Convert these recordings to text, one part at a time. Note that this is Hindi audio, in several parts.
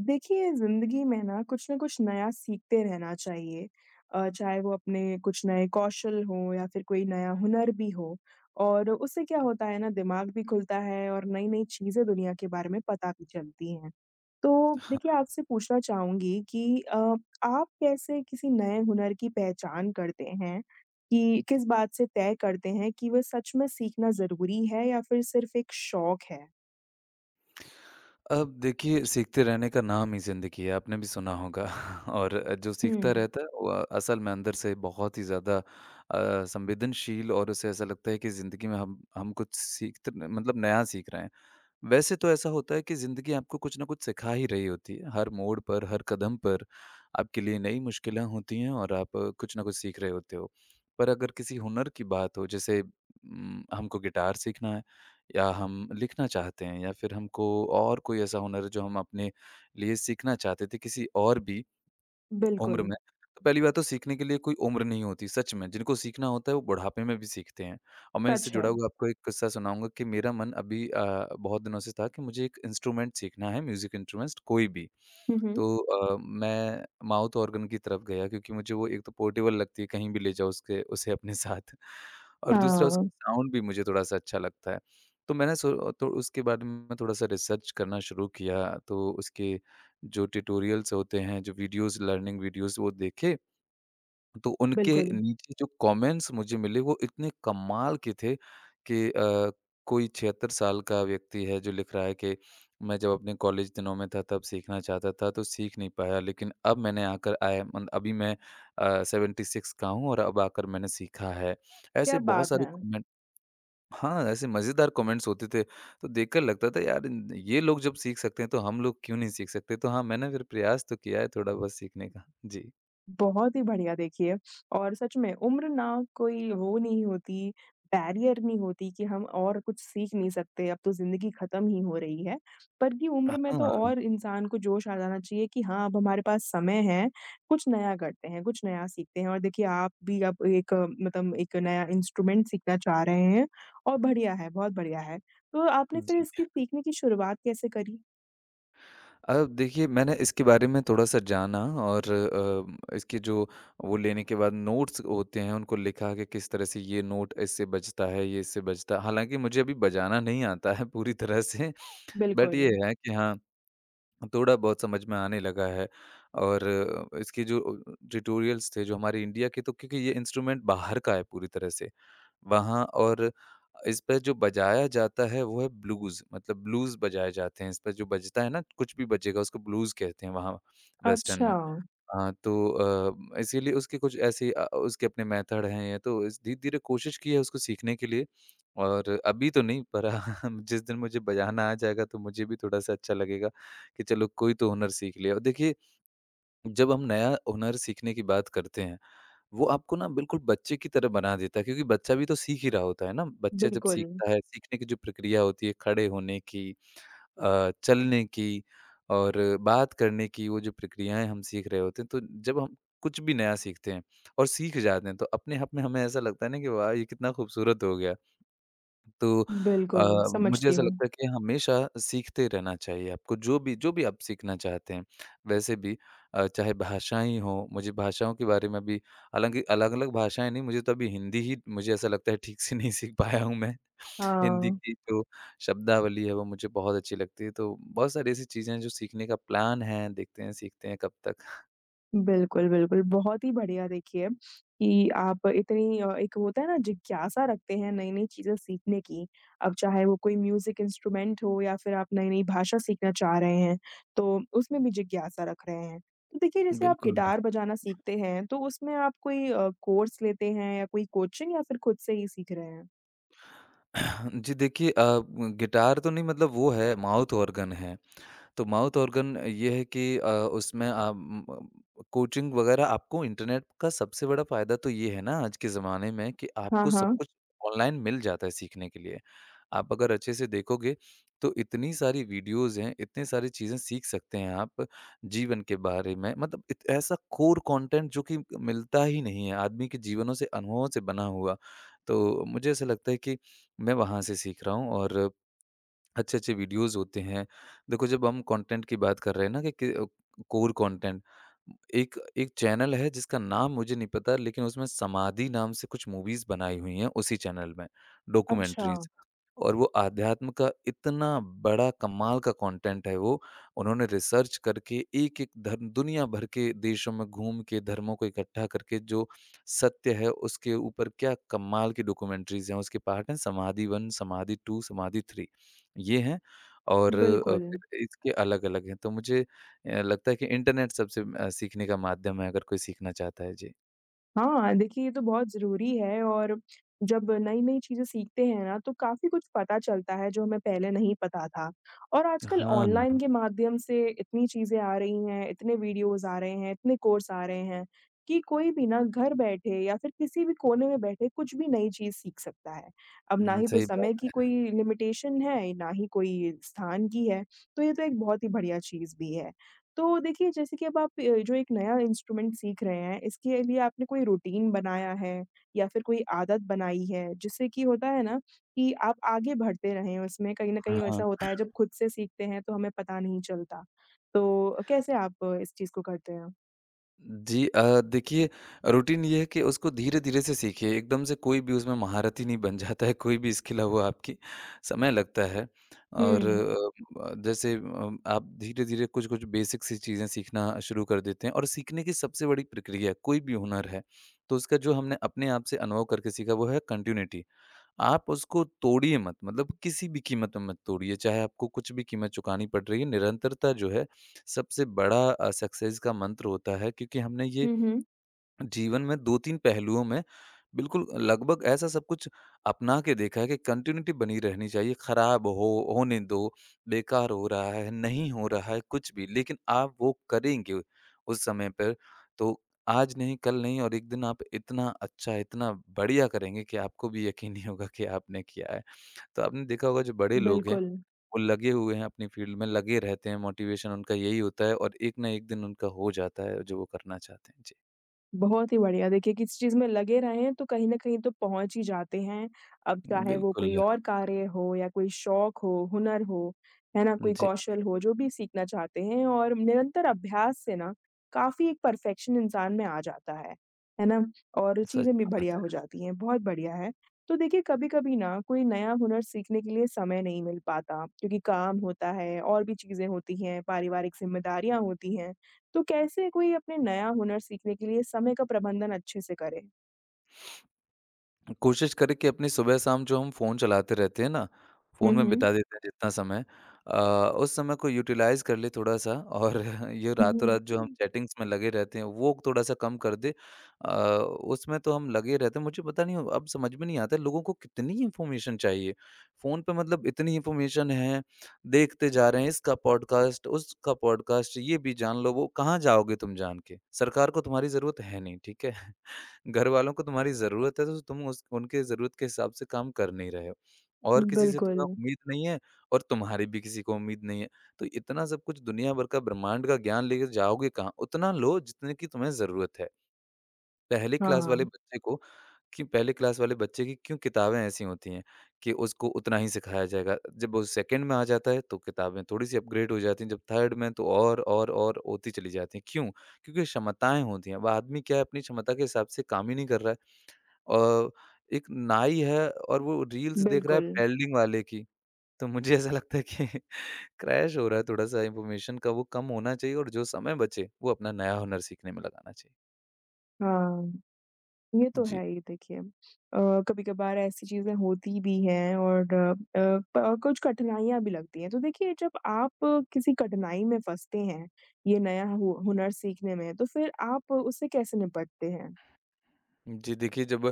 देखिए, ज़िंदगी में ना कुछ न कुछ नया सीखते रहना चाहिए। चाहे वो अपने कुछ नए कौशल हों या फिर कोई नया हुनर भी हो और उससे क्या होता है ना दिमाग भी खुलता है और नई-नई चीज़ें दुनिया के बारे में पता भी चलती हैं। तो देखिए आपसे पूछना चाहूँगी कि आप कैसे किसी नए हुनर की पहचान करते हैं कि किस बात से तय करते हैं कि वह सच में सीखना ज़रूरी है या फिर सिर्फ़ एक शौक है? अब देखिए, सीखते रहने का नाम ही ज़िंदगी है, आपने भी सुना होगा और जो सीखता हुँ, रहता है वो असल में अंदर से बहुत ही ज़्यादा संवेदनशील, और उसे ऐसा लगता है कि ज़िंदगी में हम कुछ सीखते, मतलब नया सीख रहे हैं। वैसे तो ऐसा होता है कि ज़िंदगी आपको कुछ ना कुछ सिखा ही रही होती है। हर मोड़ पर, हर कदम पर आपके लिए नई मुश्किलें होती हैं, और आप कुछ ना कुछ सीख रहे होते हो। पर अगर किसी हुनर की बात हो, जैसे हमको गिटार सीखना है, या हम लिखना चाहते हैं, या फिर हमको और कोई ऐसा हुनर है जो हम अपने लिए सीखना चाहते थे किसी और भी उम्र बिल्कुल। में, तो पहली बात तो सीखने के लिए कोई उम्र नहीं होती, सच में। जिनको सीखना होता है वो बुढ़ापे में भी सीखते हैं। और मैं सच इससे जुड़ा है। हुआ आपको एक किस्सा सुनाऊँगा कि मेरा मन अभी बहुत दिनों से था कि मुझे एक इंस्ट्रूमेंट सीखना है, म्यूज़िक इंस्ट्रूमेंट्स कोई भी। हुँ, हुँ। तो मैं माउथ ऑर्गन की तरफ गया, क्योंकि मुझे वो एक तो पोर्टेबल लगती है, कहीं भी ले जाओ उसके उसे अपने साथ, और दूसरा हाँ। उसका साउंड भी मुझे थोड़ा-सा अच्छा लगता है। तो मैंने तो उसके बारे में थोड़ा-सा रिसर्च करना शुरू किया, तो उसके जो ट्यूटोरियल्स होते हैं, जो वीडियोज़ लर्निंग वीडियोज़ वो देखे, तो उनके बिल्कुल, नीचे जो कमेंट्स मुझे मिले वो इतने कमाल के थे कि कोई 76 साल का व्यक्ति है जो लिख रहा है कि मैं जब अपने कॉलेज दिनों में था तब सीखना चाहता था, तो सीख नहीं पाया, लेकिन अब मैंने आकर आया, मतलब अभी मैं 76 का हूँ और अब आकर मैंने सीखा है। क्या ऐसे बहुत बात सारे है! कमेंट। हाँ, ऐसे मज़ेदार कमेंट्स होते थे, तो देखकर लगता था, यार इन ये लोग जब सीख सकते हैं तो हम लोग क्यों नहीं सीख सकते? तो हाँ, मैंने फिर प्रयास तो किया है थोड़ा बहुत सीखने का। जी। बहुत ही बढ़िया देखिए और सच में उम्र ना कोई वो नहीं होती, बैरियर नहीं होती कि हम और कुछ सीख नहीं सकते, अब तो ज़िंदगी खत्म ही हो रही है। पर कि उम्र में तो हाँ, और इंसान को जोश आ जाना चाहिए कि हाँ, अब हमारे पास समय है, कुछ नया करते हैं, कुछ नया सीखते हैं और देखिए आप भी अब एक मतलब एक नया इंस्ट्रूमेंट सीखना चाह रहे हैं और बढ़िया है, बहुत बढ़िया है। तो आपने फिर जी। इसकी सीखने की शुरुआत कैसे करी? देखिए, मैंने इसके बारे में थोड़ा-सा जाना, और इसके जो वो लेने के बाद नोट्स होते हैं उनको लिखा कि किस तरह से ये नोट इससे बजता है, ये इससे बजता है। हालाँकि मुझे अभी बजाना नहीं आता है पूरी तरह से, बट बिल्कुल। ये है कि हाँ, थोड़ा-बहुत समझ में आने लगा है। और इसके जो ट्यूटोरियल्स थे जो हमारे इंडिया के, तो क्योंकि ये इंस्ट्रूमेंट बाहर का है पूरी तरह से। वहाँ, और इस पे जो बजाया जाता है वो है ब्लूज़, मतलब ब्लूज़ बजाए जाते हैं। इस पे जो बजता है ना कुछ भी बजेगा, उसको ब्लूज़ कहते हैं वहाँ वेस्टर्न अच्छा, में। हाँ, तो इसीलिए उसके कुछ ऐसे उसके अपने मेथड हैं, ये तो इस धीरे-धीरे कोशिश की है उसको सीखने के लिए, और अभी तो नहीं, पर हाँ, जिस दिन मुझे बजाना आ जाएगा तो मुझे भी थोड़ा-सा अच्छा लगेगा कि चलो कोई तो हुनर सीख लिया। और देखिए, जब हम नया हुनर सीखने की बात करते हैं, वो आपको ना बिल्कुल बच्चे की तरह बना देता है, क्योंकि बच्चा भी तो सीख ही रहा होता है ना। बच्चा जब बिल्कुल। सीखता है, सीखने की जो प्रक्रिया होती है खड़े होने की, चलने की, और बात करने की, वो जो प्रक्रियाएँ हम सीख रहे होते हैं, तो जब हम कुछ भी नया सीखते हैं और सीख जाते हैं, तो अपने आप में हमें ऐसा लगता है ना कि वाह! ये कितना खूबसूरत हो गया। तो अ, बिल्कुल, मुझे समझती ऐसा हूँ। लगता है कि हमेशा सीखते रहना चाहिए, आपको जो भी आप सीखना चाहते हैं। वैसे भी चाहे भाषाएँ हों, मुझे भाषाओं के बारे में भी, हालाँकि अलग-अलग भाषाएँ नहीं, मुझे तो अभी हिंदी ही मुझे ऐसा लगता है ठीक से नहीं सीख पाया हूँ मैं। हिंदी हाँ, की जो शब्दावली है वो मुझे बहुत अच्छी लगती है। तो बहुत सारी ऐसी चीज़ें हैं जो सीखने का प्लान है, देखते हैं सीखते हैं कब तक। बिल्कुल, बिल्कुल, बहुत ही बढ़िया देखिए कि आप इतनी एक होता है ना जिज्ञासा रखते हैं नई-नई चीज़ें सीखने की। अब चाहे वो कोई म्यूज़िक इंस्ट्रूमेंट हो या फिर आप नई-नई भाषा सीखना चाह रहे हैं, तो उसमें भी जिज्ञासा रख रहे हैं। तो देखिए जैसे आप बिल्कुल। गिटार बजाना सीखते हैं, तो उसमें आप कोई कोर्स लेते हैं या कोई कोचिंग या फिर खुद से ही सीख रहे हैं? जी देखिए, गिटार तो नहीं, मतलब वो है माउथ ऑर्गन है। तो माउथ ऑर्गन ये है कि उसमें कोचिंग वगैरह, आपको इंटरनेट का सबसे बड़ा फ़ायदा तो ये है ना आज के ज़माने में कि हाँ, आपको सब हाँ। कुछ ऑनलाइन मिल जाता है सीखने के लिए। आप अगर अच्छे से देखोगे तो इतनी सारी वीडियोज़ हैं, इतनी सारी चीज़ें सीख सकते हैं आप जीवन के बारे में, मतलब इत ऐसा कोर कंटेंट जो कि मिलता ही नहीं है, आदमी के जीवनों से, अनुभवों से बना हुआ। तो मुझे ऐसा लगता है कि मैं वहाँ से सीख रहा हूँ, और अच्छे-अच्छे वीडियोज़ होते हैं। देखो, जब हम कंटेंट की बात कर रहे हैं ना कि कोर कंटेंट, एक एक चैनल है जिसका नाम मुझे नहीं पता, लेकिन उसमें समाधि नाम से कुछ मूवीज़ बनाई हुई हैं उसी चैनल में, अच्छा, डॉक्यूमेंट्रीज़। और वो आध्यात्म का इतना बड़ा कमाल का कंटेंट है वो। उन्होंने रिसर्च करके एक-एक धर्म दुनिया भर के देशों में घूम के, धर्मों को इकट्ठा करके, जो सत्य है उसके ऊपर क्या कमाल की डॉक्यूमेंट्रीज़ हैं। उसके पार्ट हैं: समाधि 1, समाधि 2, समाधि 3। ये हैं, और बिल्कुल। फिर इसके अलग-अलग हैं। तो मुझे लगता है कि इंटरनेट सबसे सीखने का माध्यम है अगर कोई सीखना चाहता है। जी। हाँ, देखिए ये तो बहुत ज़रूरी है और जब नई-नई चीज़ें सीखते हैं ना, तो काफ़ी कुछ पता चलता है जो हमें पहले नहीं पता था। और आजकल हाँ। ऑनलाइन के माध्यम से इतनी चीज़ें आ रही हैं, इतने वीडियोज़ आ रहे हैं, इतने कोर्स आ रहे हैं, कि कोई भी ना घर बैठे या फिर किसी भी कोने में बैठे कुछ भी नई चीज़ सीख सकता है। अब ना हुँ, ही तो सही समय की बात। कोई लिमिटेशन है, ना ही कोई स्थान की है, तो ये तो एक बहुत ही बढ़िया चीज़ भी है। तो देखिए जैसे कि अब आप जो एक नया इंस्ट्रूमेंट सीख रहे हैं, इसके लिए आपने कोई रूटीन बनाया है या फिर कोई आदत बनाई है, जिससे कि होता है ना कि आप आगे बढ़ते रहें उसमें? कहीं न कहीं हाँ। ऐसा होता है जब खुद से सीखते हैं तो हमें पता नहीं चलता। तो कैसे आप इस चीज़ को करते हैं? जी देखिए, रूटीन ये है कि उसको धीरे-धीरे से सीखिए, एकदम से कोई भी उसमें महारत ही नहीं बन जाता है, कोई भी स्किल है वो आपकी, समय लगता है। और हुँ। जैसे आप धीरे-धीरे कुछ-कुछ बेसिक सी चीज़ें सीखना शुरू कर देते हैं, और सीखने की सबसे बड़ी प्रक्रिया कोई भी हुनर है, तो उसका जो हमने अपने आप से अनुभव करके सीखा वो है कंटिन्यूटी। आप उसको तोड़िए मत, मतलब किसी भी कीमत में मत तोड़िए, चाहे आपको कुछ भी कीमत चुकानी पड़ रही है, निरंतरता जो है सबसे बड़ा सक्सेस का मंत्र होता है, क्योंकि हमने ये हुँ, हुँ। जीवन में 2-3 पहलुओं में बिल्कुल लगभग ऐसा सब कुछ अपना के देखा है कि कंटिन्यूटी बनी रहनी चाहिए। खराब हो, होने दो, बेकार हो रहा है, नहीं हो रहा है, कुछ भी, लेकिन आप वो करेंगे उस समय पर, तो आज नहीं, कल नहीं, और एक दिन आप इतना अच्छा, इतना बढ़िया करेंगे कि आपको भी यकीन नहीं होगा कि आपने किया है। तो आपने देखा होगा जो बड़े लोग हैं, बिल्कुल। वो लगे हुए हैं अपनी फील्ड में, लगे रहते हैं, मोटिवेशन उनका यही होता है, और एक ना एक दिन उनका हो जाता है जो वो करना चाहते हैं। जी, बहुत ही बढ़िया। देखिए किसी चीज़ में लगे रहें तो कहीं न कहीं तो पहुँच ही जाते हैं। अब चाहे वो कोई बिल्कुल। और कार्य हो या कोई शौक हो, हुनर हो, है ना? कोई जी, कौशल हो, जो भी सीखना चाहते हैं और निरंतर अभ्यास से ना काफ़ी एक परफ़ेक्शन इंसान में आ जाता है। है ना? और सच चीज़ें भी बढ़िया बात है। हो जाती हैं, बहुत बढ़िया है। तो देखिए कभी-कभी ना कोई नया हुनर सीखने के लिए समय नहीं मिल पाता क्योंकि काम होता है और भी चीज़ें होती हैं, पारिवारिक ज़िम्मेदारियाँ होती हैं। तो कैसे कोई अपने नया हुनर सीखने के लिए समय का प्रबंधन अच्छे से करे? कोशिश करें कि अपनी सुबह-शाम जो हम फ़ोन चलाते रहते हैं ना, हुँ, फ़ोन में हुँ। बिता देते हैं जितना समय, अ, उस समय को यूटिलाइज़ कर ले थोड़ा-सा, और ये रातों-रात जो हम चैटिंग्स में लगे रहते हैं, वो थोड़ा-सा कम कर दें। अ, उसमें तो हम लगे रहते हैं, मुझे पता नहीं, अब समझ में नहीं आता लोगों को कितनी इन्फॉर्मेशन चाहिए। फ़ोन पे मतलब इतनी इन्फॉर्मेशन है, देखते जा रहे हैं इसका पॉडकास्ट, उसका पॉडकास्ट, ये भी जान लो, वो कहाँ जाओगे तुम जान के? सरकार को तुम्हारी ज़रूरत है नहीं, ठीक है? घरवालों को तुम्हारी ज़रूरत है तो तुम उस उनके ज़रूरत के हिसाब से काम कर नहीं रहे हो, और किसी से बिल्कुल। तुम्हें उम्मीद नहीं है, और तुम्हारी भी किसी को उम्मीद नहीं है। तो इतना सब कुछ दुनिया भर का, ब्रह्मांड का ज्ञान लेकर जाओगे कहाँ? उतना लो जितने की तुम्हें ज़रूरत है। पहली क्लास वाले हाँ, बच्चे को, कि पहले क्लास वाले बच्चे की क्यों किताबें ऐसी होती हैं, कि उसको उतना ही सिखाया जाएगा। जब वो सेकंड में आ जाता है तो किताबें थोड़ी-सी अपग्रेड हो जाती हैं, जब थर्ड में तो और होती चली जाती हैं। क्यों? क्योंकि क्षमताएँ होती हैं। वह आदमी क्या है, अपनी क्षमता के हिसाब से काम ही नहीं कर रहा है। अ, एक नाई है और वो रील्स देख रहा है बिल्कुल। वेल्डिंग वाले की। तो मुझे ऐसा लगता है कि क्रैश हो रहा है थोड़ा-सा, इन्फॉर्मेशन का वो कम होना चाहिए, और जो समय बचे, वो अपना नया हुनर सीखने में लगाना चाहिए। हाँ, ये तो जी। है ही देखिए। कभी-कभार ऐसी चीज़ें होती भी हैं और प कुछ कठिनाइयाँ भी लगती हैं। तो देखिए जब आप किसी कठिनाई में फँसते हैं, ये नया हु हुनर सीखने में, तो फिर आप उससे कैसे निपटते हैं? जी देखिए, जब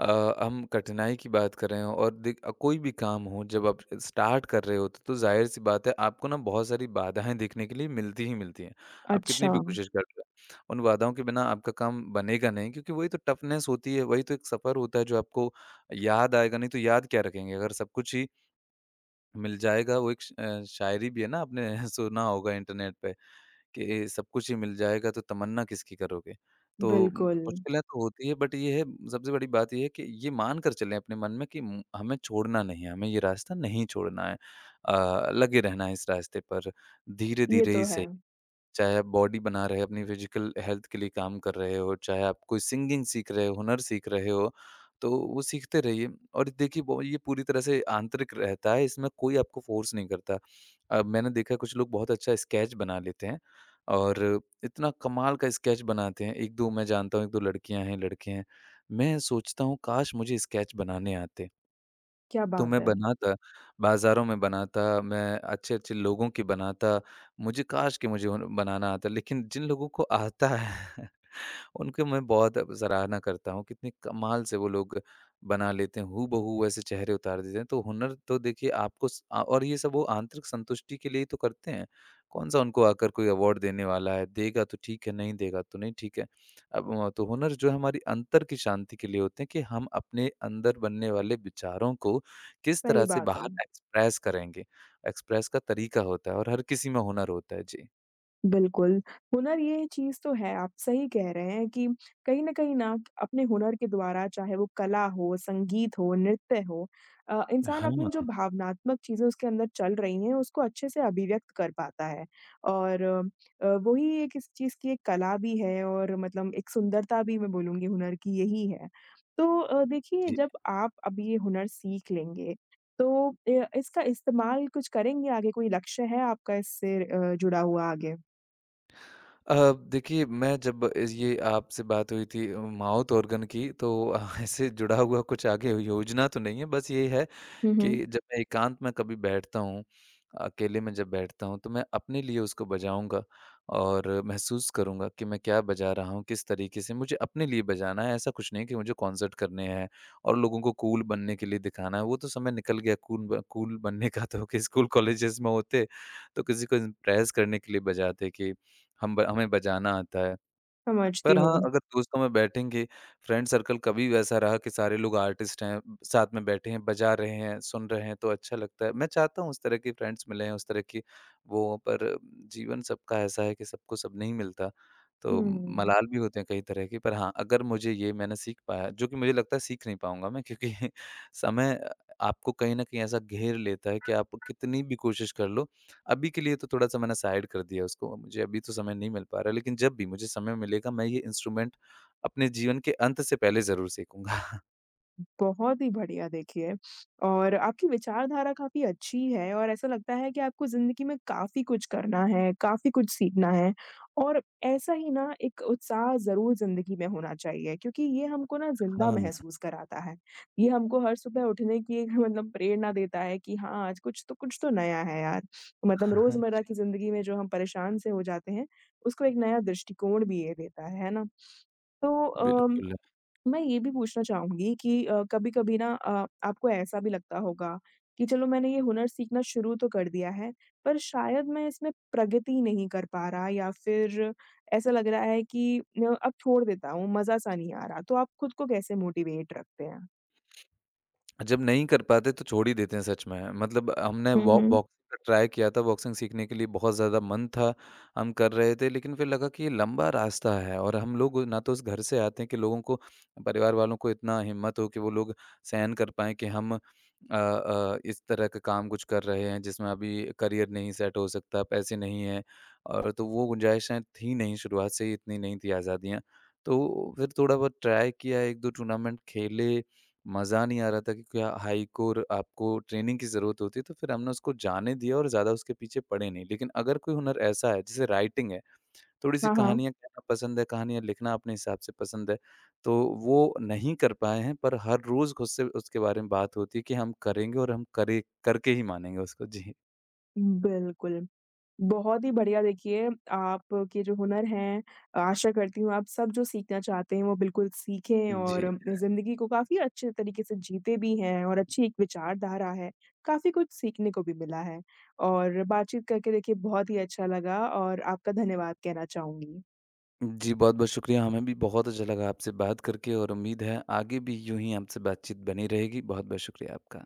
हम कठिनाई की बात कर रहे हों, और कोई भी काम हो, जब आप स्टार्ट कर रहे होते तो ज़ाहिर-सी बात है, आपको ना बहुत सारी बाधाएँ देखने के लिए मिलती ही मिलती हैं। आप कितनी अच्छा, भी कोशिश कर लें, उन बाधाओं के बिना आपका काम बनेगा नहीं, क्योंकि वही तो टफ़नेस होती है, वही तो एक सफ़र होता है जो आपको याद आएगा, नहीं तो याद क्या रखेंगे अगर सब कुछ ही मिल जाएगा। वो एक शायरी भी है ना, आपने सुना होगा इंटरनेट पे। कि सब कुछ ही मिल जाएगा तो तमन्ना किसकी करोगे? तो बिल्कुल। मुश्किलें तो होती है बट ये है सबसे बड़ी बात ये है कि ये मान कर चलें अपने मन में कि म हमें छोड़ना नहीं है, हमें ये रास्ता नहीं छोड़ना है। लगे रहना है इस रास्ते पर, ये धीरे-धीरे तो ही है। सही। चाहे आप बॉडी बना रहे हो, अपनी फिजिकल हेल्थ के लिए काम कर रहे हो, चाहे आप कोई सिंगिंग सीख रहे हो, हुनर सीख रहे हो, तो वो सीखते रहिए। और देखिए वो ये पूरी तरह से आंतरिक रहता है, इसमें कोई आपको फ़ोर्स नहीं करता। मैंने देखा है कुछ लोग बहुत अच्छा स्केच बना लेते हैं और इतना कमाल का स्केच बनाते हैं। 1-2 मैं जानता हूँ, 1-2 लड़कियाँ हैं, लड़के हैं। मैं सोचता हूँ काश मुझे स्केच बनाने आते। क्या तो बात मैं है! बनाता, बाज़ारों में बनाता, मैं अच्छे-अच्छे लोगों की बनाता। मुझे काश कि मुझे उन बनाना आता, लेकिन जिन लोगों को आता है उनकी मैं बहुत सराहना करता हूँ, कितनी कमाल से वो लोग बना लेते हैं, हूबहू बहू वैसे चेहरे उतार देते हैं। तो हुनर तो देखिए आपको और ये सब वो आंतरिक संतुष्टि के लिए ही तो करते हैं। कौन-सा उनको आकर कोई अवार्ड देने वाला है, देगा तो ठीक है, नहीं देगा तो नहीं ठीक है। अब म तो हुनर जो है हमारी अंतर की शांति के लिए होते हैं कि हम अपने अंदर बनने वाले विचारों को किस सही तरह से बात है। बाहर एक्सप्रेस करेंगे। एक्सप्रेस का तरीका होता है और हर किसी में हुनर होता है। जी। बिल्कुल, हुनर ये चीज़ तो है, आप सही कह रहे हैं कि कहीं न कहीं ना अपने हुनर के द्वारा चाहे वो कला हो, संगीत हो, नृत्य हो इंसान हाँ, अपनी जो जी। भावनात्मक चीज़ें उसके अंदर चल रही हैं, उसको अच्छे से अभिव्यक्त कर पाता है और वही एक इस चीज़ की एक कला भी है और मतलब एक सुंदरता भी मैं बोलूँगी हुनर की यही है। तो देखिए जब आप अब ये हुनर सीख लेंगे, तो इसका इस्तेमाल कुछ करेंगे आगे? कोई लक्ष्य है आपका इससे जुड़ा हुआ आगे? देखिए मैं जब इस ये आपसे बात हुई थी माउथ ऑर्गन की तो अ, ऐसे जुड़ा हुआ कुछ आगे योजना तो नहीं है बस ये है हुँ, हुँ। कि जब मैं एकांत में कभी बैठता हूँ, अकेले में जब बैठता हूँ तो मैं अपने लिए उसको बजाऊँगा और महसूस करूँगा कि मैं क्या बजा रहा हूँ, किस तरीके से मुझे अपने लिए बजाना है। ऐसा कुछ नहीं कि मुझे कॉन्सर्ट करने हैं और लोगों को कूल बनने के लिए दिखाना है, वो तो समय निकल गया कूल बनने का तो कि स्कूल कॉलेजेस में होते तो किसी को इम्प्रेस करने के लिए बजाते कि हम ब हमें बजाना आता है। समझती पर हाँ, हूँ। अगर दोस्तों में बैठेंगे, फ्रेंड सर्कल कभी वैसा रहा कि सारे लोग आर्टिस्ट हैं, साथ में बैठे हैं, बजा रहे हैं, सुन रहे हैं, तो अच्छा लगता है। मैं चाहता हूँ उस तरह के फ्रेंड्स मिलें, उस तरह की वो पर जीवन सबका ऐसा है कि सबको सब नहीं मिलता। तो हुँ, मलाल भी होते हैं कई तरह के, पर हाँ, अगर मुझे ये मैंने सीख पाया, जो कि मुझे लगता है सीख नहीं पाऊँगा मैं क्योंकि समय आपको कहीं न कहीं ऐसा घेर लेता है कि आप कितनी भी कोशिश कर लो, अभी के लिए तो थोड़ा-सा मैंने साइड कर दिया उसको, मुझे अभी तो समय नहीं मिल पा रहा है, लेकिन जब भी मुझे समय मिलेगा, मैं ये इंस्ट्रूमेंट अपने जीवन के अंत से पहले ज़रूर सीखूँगा। बहुत ही बढ़िया देखिए और आपकी विचारधारा काफ़ी अच्छी है और ऐसा लगता है कि आपको ज़िंदगी में काफ़ी कुछ करना है, काफ़ी कुछ सीखना है और ऐसा ही ना एक उत्साह ज़रूर ज़िंदगी में होना चाहिए क्योंकि ये हमको ना ज़िंदा हाँ, महसूस कराता है। ये हमको हर सुबह उठने की एक मतलब प्रेरणा देता है कि हाँ, आज कुछ तो नया है यार। मतलब रोज़मर्रा की ज़िंदगी में जो हम परेशान से हो जाते हैं, उसको एक नया दृष्टिकोण भी ये देता है ना? तो अम बिल्कुल। मैं ये भी पूछना चाहूँगी कि कभी-कभी ना आपको ऐसा भी लगता होगा कि चलो मैंने ये हुनर सीखना शुरू तो कर दिया है, पर शायद मैं इसमें प्रगति नहीं कर पा रहा या फिर ऐसा लग रहा है कि न अब छोड़ देता हूँ, मज़ा-सा नहीं आ रहा। तो आप खुद को कैसे मोटिवेट रखते हैं? जब नहीं कर पाते तो छोड़ ही देते हैं सच में। मतलब हमने हुँ, बॉ हुँ। बॉक्सिंग का ट्राई किया था, बॉक्सिंग सीखने के लिए बहुत ज़्यादा मन था, हम कर रहे थे लेकिन फिर लगा कि ये लंबा रास्ता है और हम लोग ना तो उस घर से आते हैं कि लोगों को परिवार वालों को इतना हिम्मत हो कि वो लोग सहन कर पाएँ कि इस तरह का काम कुछ कर रहे हैं जिसमें अभी करियर नहीं सेट हो सकता, पैसे नहीं हैं और तो वो गुंजाइशें थी नहीं, शुरुआत से ही इतनी नहीं थी आज़ादियाँ। तो फिर थोड़ा बहुत ट्राई किया, 1-2 टूर्नामेंट खेले मज़ा नहीं आ रहा था कि क्या हाइक और आपको ट्रेनिंग की ज़रूरत होती है, तो फिर हमने उसको जाने दिया और ज़्यादा उसके पीछे पड़े नहीं। लेकिन अगर कोई हुनर ऐसा है, जैसे राइटिंग है, थोड़ी-सी हाँ, हाँ। कहानियाँ कहना पसंद है, कहानियाँ लिखना अपने हिसाब से पसंद है, तो वो नहीं कर पाए हैं, पर हर रोज़ खुद से उसके बारे में बात होती है कि हम करेंगे और हम करे करके ही मानेंगे उसको। जी। बिल्कुल। बहुत ही बढ़िया देखिए, आपके जो हुनर हैं, आशा करती हूँ आप सब जो सीखना चाहते हैं वो बिल्कुल सीखें और जी। ज़िंदगी को काफ़ी अच्छे तरीके से जीते भी हैं और अच्छी एक विचारधारा है। काफ़ी कुछ सीखने को भी मिला है और बातचीत करके देखिए बहुत ही अच्छा लगा और आपका धन्यवाद कहना चाहूँगी। जी, बहुत-बहुत शुक्रिया। हमें भी बहुत अच्छा लगा आपसे बात करके और उम्मीद है आगे भी यूँ ही आपसे बातचीत बनी रहेगी। बहुत-बहुत शुक्रिया आपका।